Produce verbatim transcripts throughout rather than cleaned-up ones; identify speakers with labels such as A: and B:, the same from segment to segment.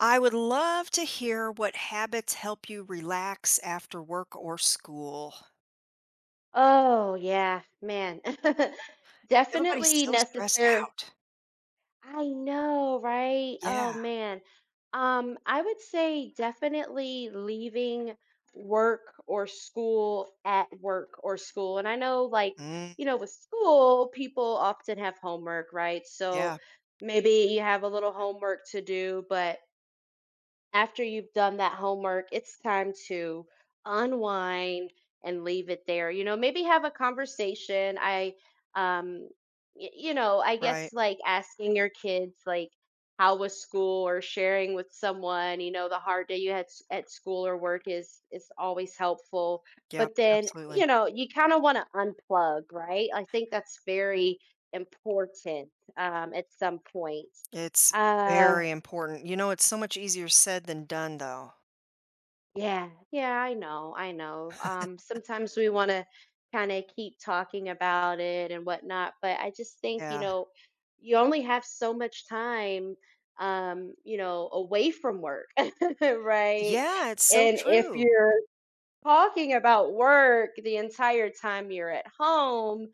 A: I would love to hear what habits help you relax after work or school.
B: Oh, yeah, man.
A: Everybody's
B: Definitely
A: so stressed
B: necessary.
A: out.
B: I know, right? Oh,
A: Yeah.
B: man. Um, I would say definitely leaving work or school at work or school. And I know, like,
A: Mm,
B: you know, with school, people often have homework, right? So
A: yeah.
B: maybe you have a little homework to do, but after you've done that homework, it's time to unwind and leave it there. You know, maybe have a conversation. I, um, y- you know, I guess
A: Right.
B: like asking your kids, like, how was school or sharing with someone, you know, the hard day you had s- at school or work is is always helpful.
A: Yeah.
B: But then,
A: Absolutely.
B: you know, you kind of want to unplug, right? I think that's very important um, at some point.
A: It's
B: Uh,
A: very important. You know, it's so much easier said than done, though.
B: Yeah, yeah, I know, I know. Um, sometimes we want to kind of keep talking about it and whatnot, but I just think, you
A: Yeah.
B: know, you only have so much time, um, you know, away from work, right?
A: Yeah. It's so
B: And if
A: true.
B: you're talking about work the entire time you're at home,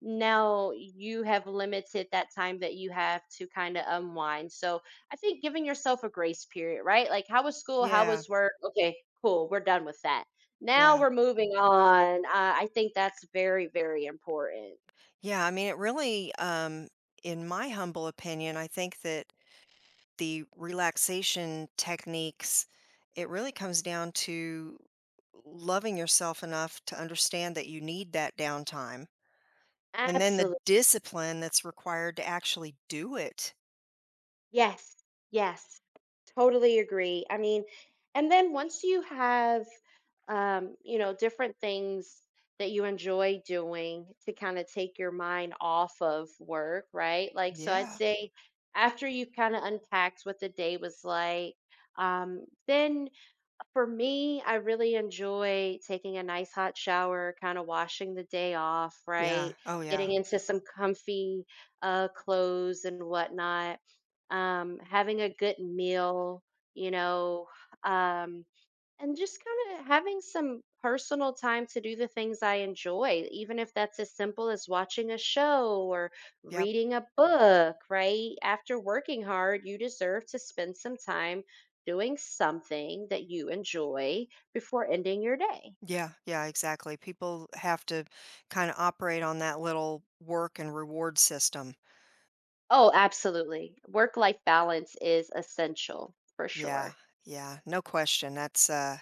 B: now you have limited that time that you have to kind of unwind. So I think giving yourself a grace period, right? Like, how was school? How
A: Yeah.
B: was work? Okay, cool. We're done with that. Now
A: Yeah.
B: we're moving on. Uh, I think that's very, very important.
A: Yeah. I mean, it really, um, in my humble opinion, I think that the relaxation techniques, it really comes down to loving yourself enough to understand that you need that downtime and then the
B: Absolutely.
A: discipline that's required to actually do it.
B: Yes, yes, totally agree. I mean, and then once you have, um, you know, different things that you enjoy doing to kind of take your mind off of work, right? Like, so I'd
A: Yeah.
B: say after you've kind of unpacked what the day was like, um, then for me, I really enjoy taking a nice hot shower, kind of washing the day off,
A: Yeah.
B: right?
A: Oh, yeah.
B: Getting into some comfy uh, clothes and whatnot. Um, having a good meal, you know. Um, and just kind of having some personal time to do the things I enjoy, even if that's as simple as watching a show or
A: Yep.
B: reading a book, right? After working hard, you deserve to spend some time doing something that you enjoy before ending your day.
A: Yeah. Yeah. Exactly. People have to kind of operate on that little work and reward system.
B: Oh, absolutely. Work life balance is essential for
A: Yeah.
B: sure.
A: Yeah. No question. That's, uh,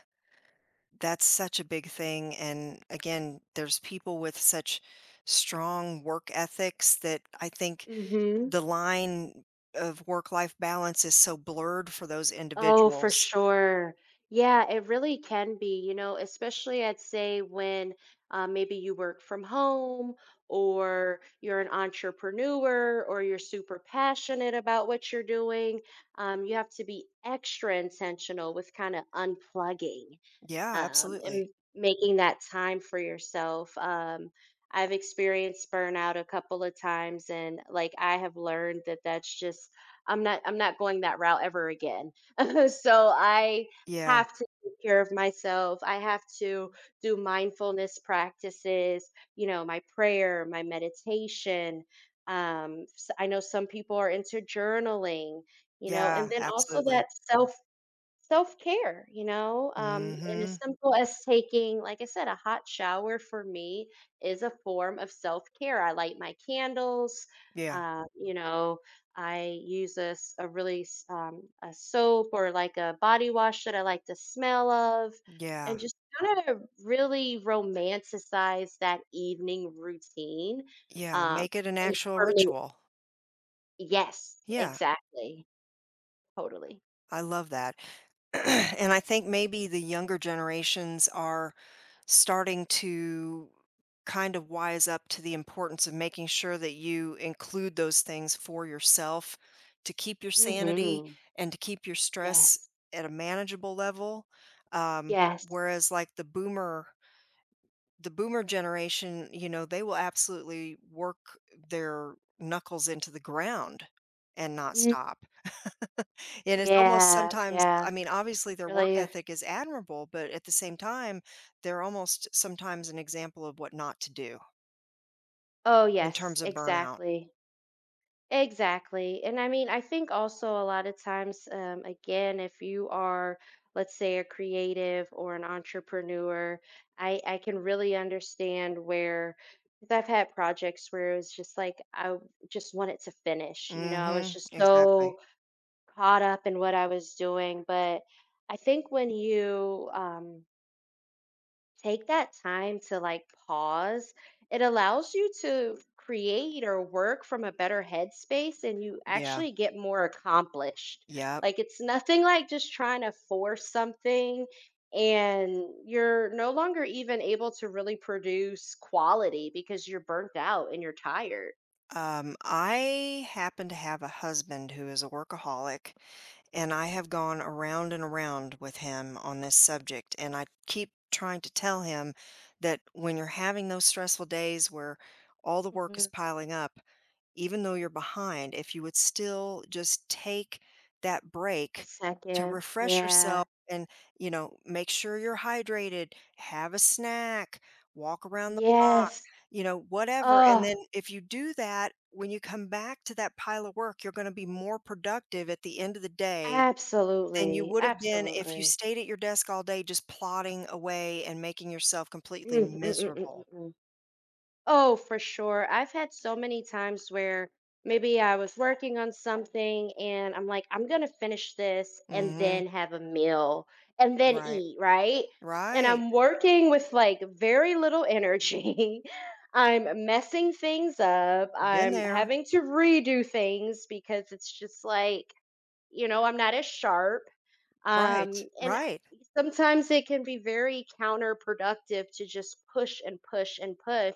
A: That's such a big thing, and again, there's people with such strong work ethics that I think
B: Hmm.
A: the line of work-life balance is so blurred for those
B: Oh, for
A: individuals.
B: sure. Yeah, it really can be, you know, especially I'd say when uh, maybe you work from home or you're an entrepreneur or you're super passionate about what you're doing. Um, you have to be extra intentional with kind of unplugging
A: Yeah,
B: um,
A: absolutely.
B: and making that time for yourself. Um, I've experienced burnout a couple of times, and like I have learned that that's just I'm not I'm not going that route ever again. So I
A: Yeah,
B: have to take care of myself. I have to do mindfulness practices. You know, my prayer, my meditation. Um, s- I know some people are into journaling. You know, and
A: yeah,
B: then also
A: absolutely.
B: that self self care, you know,
A: Mm,
B: um, and as
A: mhm.
B: simple as taking, like I said, a hot shower for me is a form of self care. I light my candles.
A: Yeah,
B: Uh, you know, I use this a really s- um, a soap or like a body wash that I like the smell of,
A: yeah,
B: and just kind of really romanticize that evening routine.
A: yeah,
B: Um,
A: make it an
B: and
A: actual
B: for me,
A: ritual.
B: yes,
A: Yeah,
B: exactly, totally.
A: I love that. And I think maybe the younger generations are starting to kind of wise up to the importance of making sure that you include those things for yourself to keep your sanity
B: Hmm.
A: and to keep your stress
B: Yes,
A: at a manageable level. Um,
B: yes.
A: whereas, like the boomer, the boomer generation, you know, they will absolutely work their knuckles into the ground and not
B: Mm,
A: stop. And it's almost
B: yeah,
A: sometimes,
B: yeah,
A: I mean, obviously, their work
B: really.
A: ethic is admirable, but at the same time, they're almost sometimes an example of what not to do
B: Oh,
A: in
B: yes,
A: terms of burnout.
B: exactly. Exactly. And I mean, I think also a lot of times, um, again, if you are, let's say, a creative or an entrepreneur, I, I can really understand where, because I've had projects where it was just like, I w- just wanted to finish,
A: Mm,
B: you know, I was
A: mhm,
B: just
A: exactly.
B: so caught up in what I was doing. But I think when you, um, take that time to like pause. It allows you to create or work from a better headspace and you
A: Yeah,
B: actually get more accomplished.
A: yep.
B: Like it's nothing like just trying to force something and you're no longer even able to really produce quality because you're burnt out and you're tired.
A: Um, I happen to have a husband who is a workaholic, and I have gone around and around with him on this subject, and I keep trying to tell him that when you're having those stressful days where all the work is
B: Hmm.
A: piling up, even though you're behind, if you would still just take that
B: A
A: break to
B: second.
A: refresh yourself
B: Yeah.
A: and, you know, make sure you're hydrated, have a snack, walk around the block,
B: Yes.
A: you know, whatever. And then
B: Oh,
A: if you do that, when you come back to that pile of work, you're going to be more productive at the end of the day than you
B: absolutely.
A: would have been if you
B: Absolutely.
A: stayed at your desk all day just plodding away and making yourself completely
B: Mm, mm, mm, mm, mm,
A: miserable.
B: mm. Oh, for sure. I've had so many times where maybe I was working on something and I'm like, I'm gonna finish this and
A: Mhm.
B: then have a meal and then
A: Right.
B: eat, right? And
A: Right.
B: I'm working with like very little energy. I'm messing things up.
A: Been
B: I'm
A: there.
B: having to redo things because it's just like you know, I'm not as sharp. Um,
A: Right,
B: and
A: right.
B: sometimes it can be very counterproductive to just push and push and push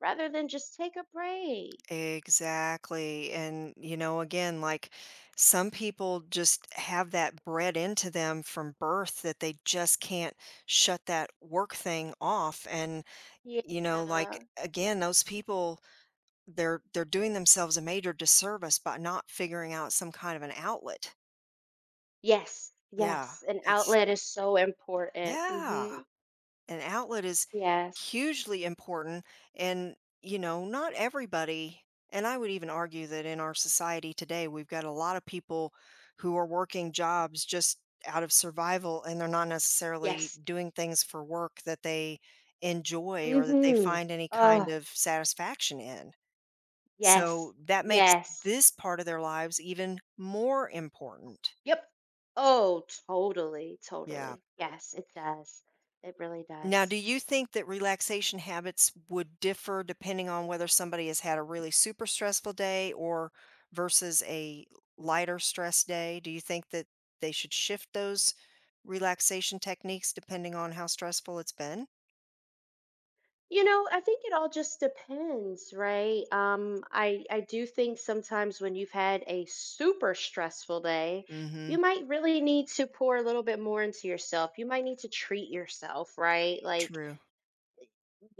B: rather than just take a break.
A: Exactly. And, you know, again, like, some people just have that bred into them from birth that they just can't shut that work thing off. And, you know, like
B: Yeah.
A: again, those people, they're they're doing themselves a major disservice by not figuring out some kind of an outlet.
B: Yes.
A: Yeah.
B: Yes. An
A: It's
B: outlet is so important.
A: yeah.
B: Hmm.
A: An outlet is
B: Yes.
A: hugely important and, you know, not everybody, and I would even argue that in our society today, we've got a lot of people who are working jobs just out of survival, and they're not necessarily
B: Yes.
A: doing things for work that they enjoy or that they
B: Hmm.
A: find any kind
B: Oh,
A: of satisfaction in.
B: yes.
A: So, that makes
B: Yes.
A: this part of their lives even more important.
B: Yep. Oh, totally.
A: Yeah.
B: Totally. Yes, it does. It really
A: Now,
B: does.
A: do you think that relaxation habits would differ depending on whether somebody has had a really super stressful day or versus a lighter stress day? Do you think that they should shift those relaxation techniques depending on how stressful it's been?
B: You know, I think it all just depends, right? Um, I I do think sometimes when you've had a super stressful day,
A: Mm,
B: you
A: mhm.
B: might really need to pour a little bit more into yourself. You might need to treat yourself, right? Like
A: True.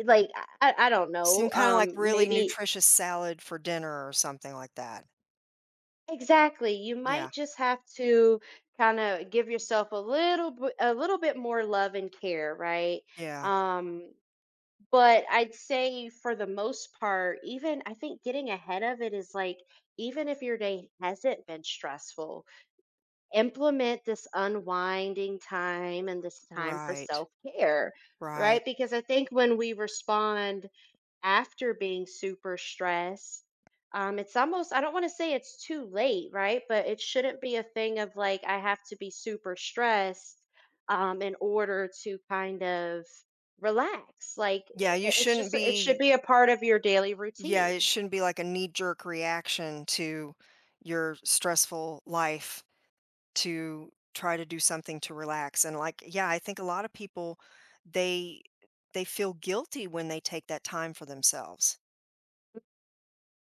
B: like I, I I don't
A: Some
B: know.
A: kind of like
B: Um,
A: really
B: maybe
A: nutritious salad for dinner or something like that.
B: exactly. You
A: Yeah.
B: might just have to kind of give yourself a little bit a little bit more love and care, right?
A: Yeah.
B: Um, But I'd say for the most part, even I think getting ahead of it is like, even if your day hasn't been stressful, implement this unwinding time and this time for
A: Right.
B: self care, right?
A: Right.
B: Because I think when we respond after being super stressed um it's almost, I don't want to say it's too late, right, but it shouldn't be a thing of like I have to be super stressed um in order to kind of relax, like,
A: Yeah,
B: i-
A: you
B: i- it's
A: shouldn't
B: just it should
A: be
B: be a part of your daily
A: Yeah, it
B: routine.
A: shouldn't be like a knee-jerk reaction to your stressful life, to try to do something to relax. And like, yeah, I think a lot of people, they they feel guilty when they take that time for themselves.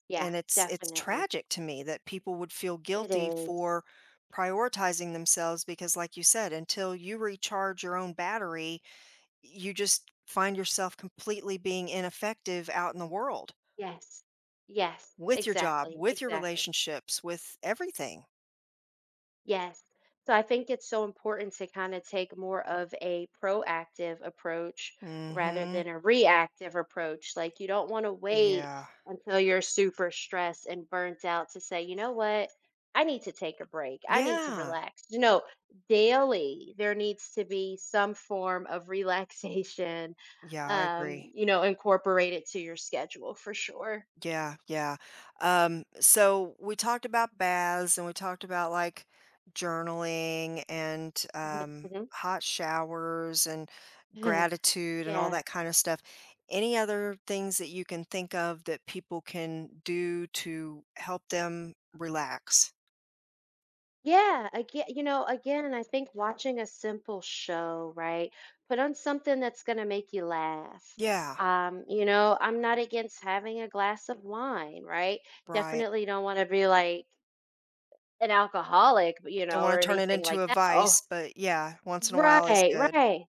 B: Yeah,
A: And it's it's
B: definitely
A: tragic to me that people would feel
B: it
A: guilty
B: is.
A: for prioritizing themselves because, like you said, until you recharge your own battery, you just find yourself completely being ineffective out in the world.
B: Yes, yes,
A: With your job,
B: exactly,
A: with your
B: exactly.
A: relationships, with everything.
B: Yes. So I think it's so important to kind of take more of a proactive approach rather
A: Mhm.
B: than a reactive approach. Like you don't want to wait
A: Yeah.
B: until you're super stressed and burnt out to say, you know what? I need to take a break. I need to
A: Yeah.
B: relax. You know, daily there needs to be some form of relaxation,
A: Yeah, I
B: um,
A: agree.
B: you know, incorporated to your schedule for sure.
A: Yeah, yeah. Um, so we talked about baths and we talked about, like, journaling and, um,
B: Mhm,
A: hot showers and
B: mhm.
A: gratitude and all
B: Yeah.
A: that kinda stuff. Any other things that you can think of that people can do to help them relax?
B: Yeah, again, you know, again, I think watching a simple show, right? Put on something that's going to make you laugh.
A: Yeah.
B: Um, you know, I'm not against having a glass of wine, right?
A: Right.
B: Definitely don't want to be like an alcoholic, you
A: Don't
B: know,
A: wanna
B: or
A: turn it
B: anything
A: into
B: like
A: a
B: that. Oh,
A: vice, but yeah, once in a while is
B: right,
A: good.
B: right.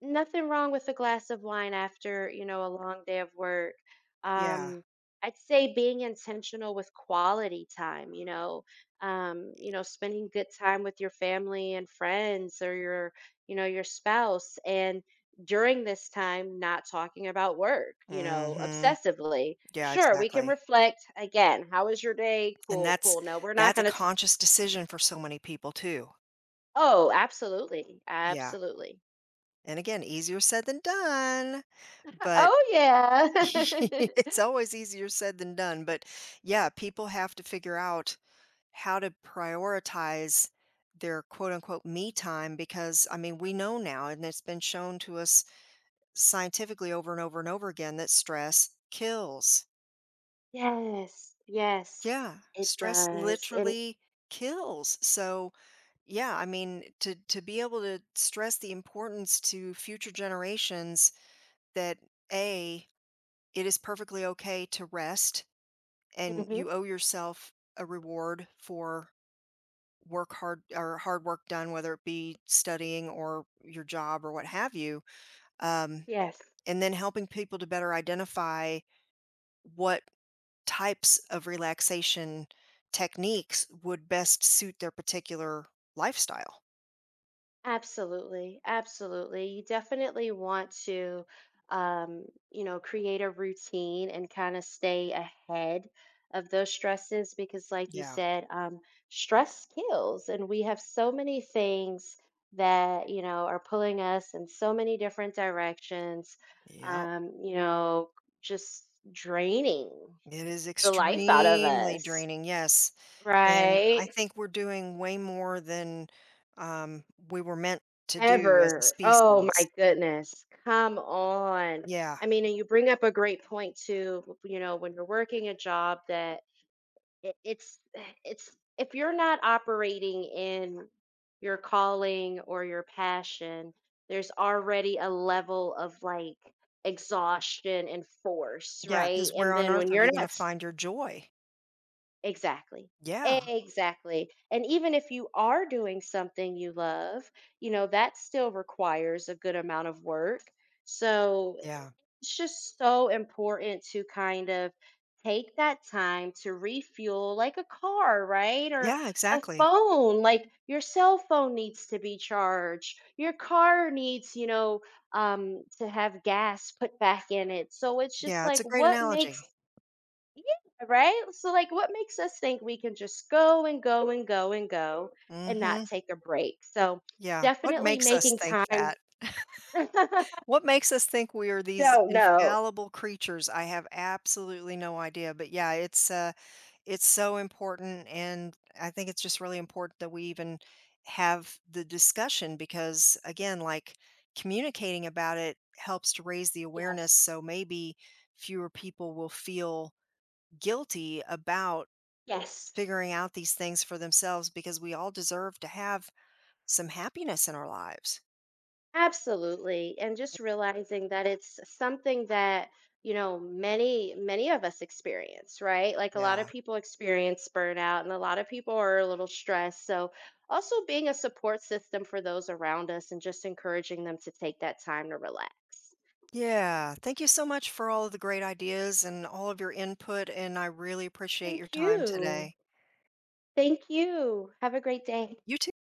B: Nothing wrong with a glass of wine after, you know, a long day of work.
A: Yeah.
B: Um, I'd say being intentional with quality time, you know, um, you know, spending good time with your family and friends or your, you know, your spouse. And during this time, not talking about work, you know,
A: Mhm.
B: obsessively.
A: Yeah,
B: Sure, we can
A: exactly.
B: reflect again. How was your day?
A: And
B: Cool,
A: that's
B: cool. No, we're not
A: that's a
B: going to.
A: conscious decision for so many people too.
B: Oh, absolutely.
A: Yeah.
B: Absolutely.
A: And again, easier said than done, but
B: Oh, yeah.
A: it's always easier said than done, but yeah, people have to figure out how to prioritize their quote unquote "me time" because, I mean, we know now, and it's been shown to us scientifically over and over and over again that stress kills.
B: Yes, yes,
A: Yeah,
B: it
A: stress
B: does. And
A: literally kills. So, yeah, I mean, to to be able to stress the importance to future generations that A, it is perfectly okay to rest, and
B: hmm,
A: you owe yourself a reward for work hard or hard work done, whether it be studying or your job or what have you. Um,
B: yes,
A: and then helping people to better identify what types of relaxation techniques would best suit their particular lifestyle.
B: absolutely, absolutely. You definitely want to, um, you know, create a routine and kind of stay ahead of those stresses because, like you
A: Yeah.
B: said, um, stress kills, and we have so many things that, you know, are pulling us in so many different directions,
A: Yep.
B: um, you know, just draining
A: It is
B: the life out of
A: extremely
B: us.
A: draining. Yes. And I
B: Right?
A: think we're doing way more than, um, we were meant to do as a
B: Ever. Oh
A: species.
B: my goodness. Come on.
A: Yeah.
B: I mean, and you bring up a great point too, you know, when you're working a job that it, it's it's if you're not operating in your calling or your passion, there's already a level of like exhaustion and force,
A: Yeah.
B: right?
A: Because where
B: And
A: on
B: then
A: earth
B: when
A: are you
B: you're
A: going to
B: not
A: find your joy?
B: exactly.
A: Yeah.
B: Exactly. And even if you are doing something you love, you know, that still requires a good amount of work. So
A: Yeah.
B: it's just so important to kind of take that time to refuel like a car, right? Or
A: Yeah.
B: a
A: Exactly.
B: phone, like your cell phone needs to be charged. Your car needs, you know, um to have gas put back in it. So it's just
A: Yeah. It's
B: like
A: a great
B: what makes
A: analogy.
B: yeah, right? So, like, what makes us think we can just go and go and go and go
A: Mm
B: and not
A: hmm.
B: take a break? So,
A: Yeah. What
B: definitely
A: makes us
B: making
A: think
B: time.
A: that? What makes us think we are these
B: No, no.
A: infallible creatures? I have absolutely no idea, but yeah, it's uh it's so important, and I think it's just really important that we even have the discussion because, again, like communicating about it helps to raise the awareness,
B: Yes,
A: so maybe fewer people will feel guilty about
B: yes,
A: figuring out these things for themselves because we all deserve to have some happiness in our lives.
B: absolutely. And just realizing that it's something that, you know, many, many of us experience, right? Like, a lot
A: Yeah.
B: of people experience burnout and a lot of people are a little stressed. So, also being a support system for those around us and just encouraging them to take that time to relax.
A: Yeah, thank you so much for all of the great ideas and all of your input, and I really appreciate your
B: Thank
A: time
B: you.
A: today.
B: Thank you. Have a great day.
A: You too.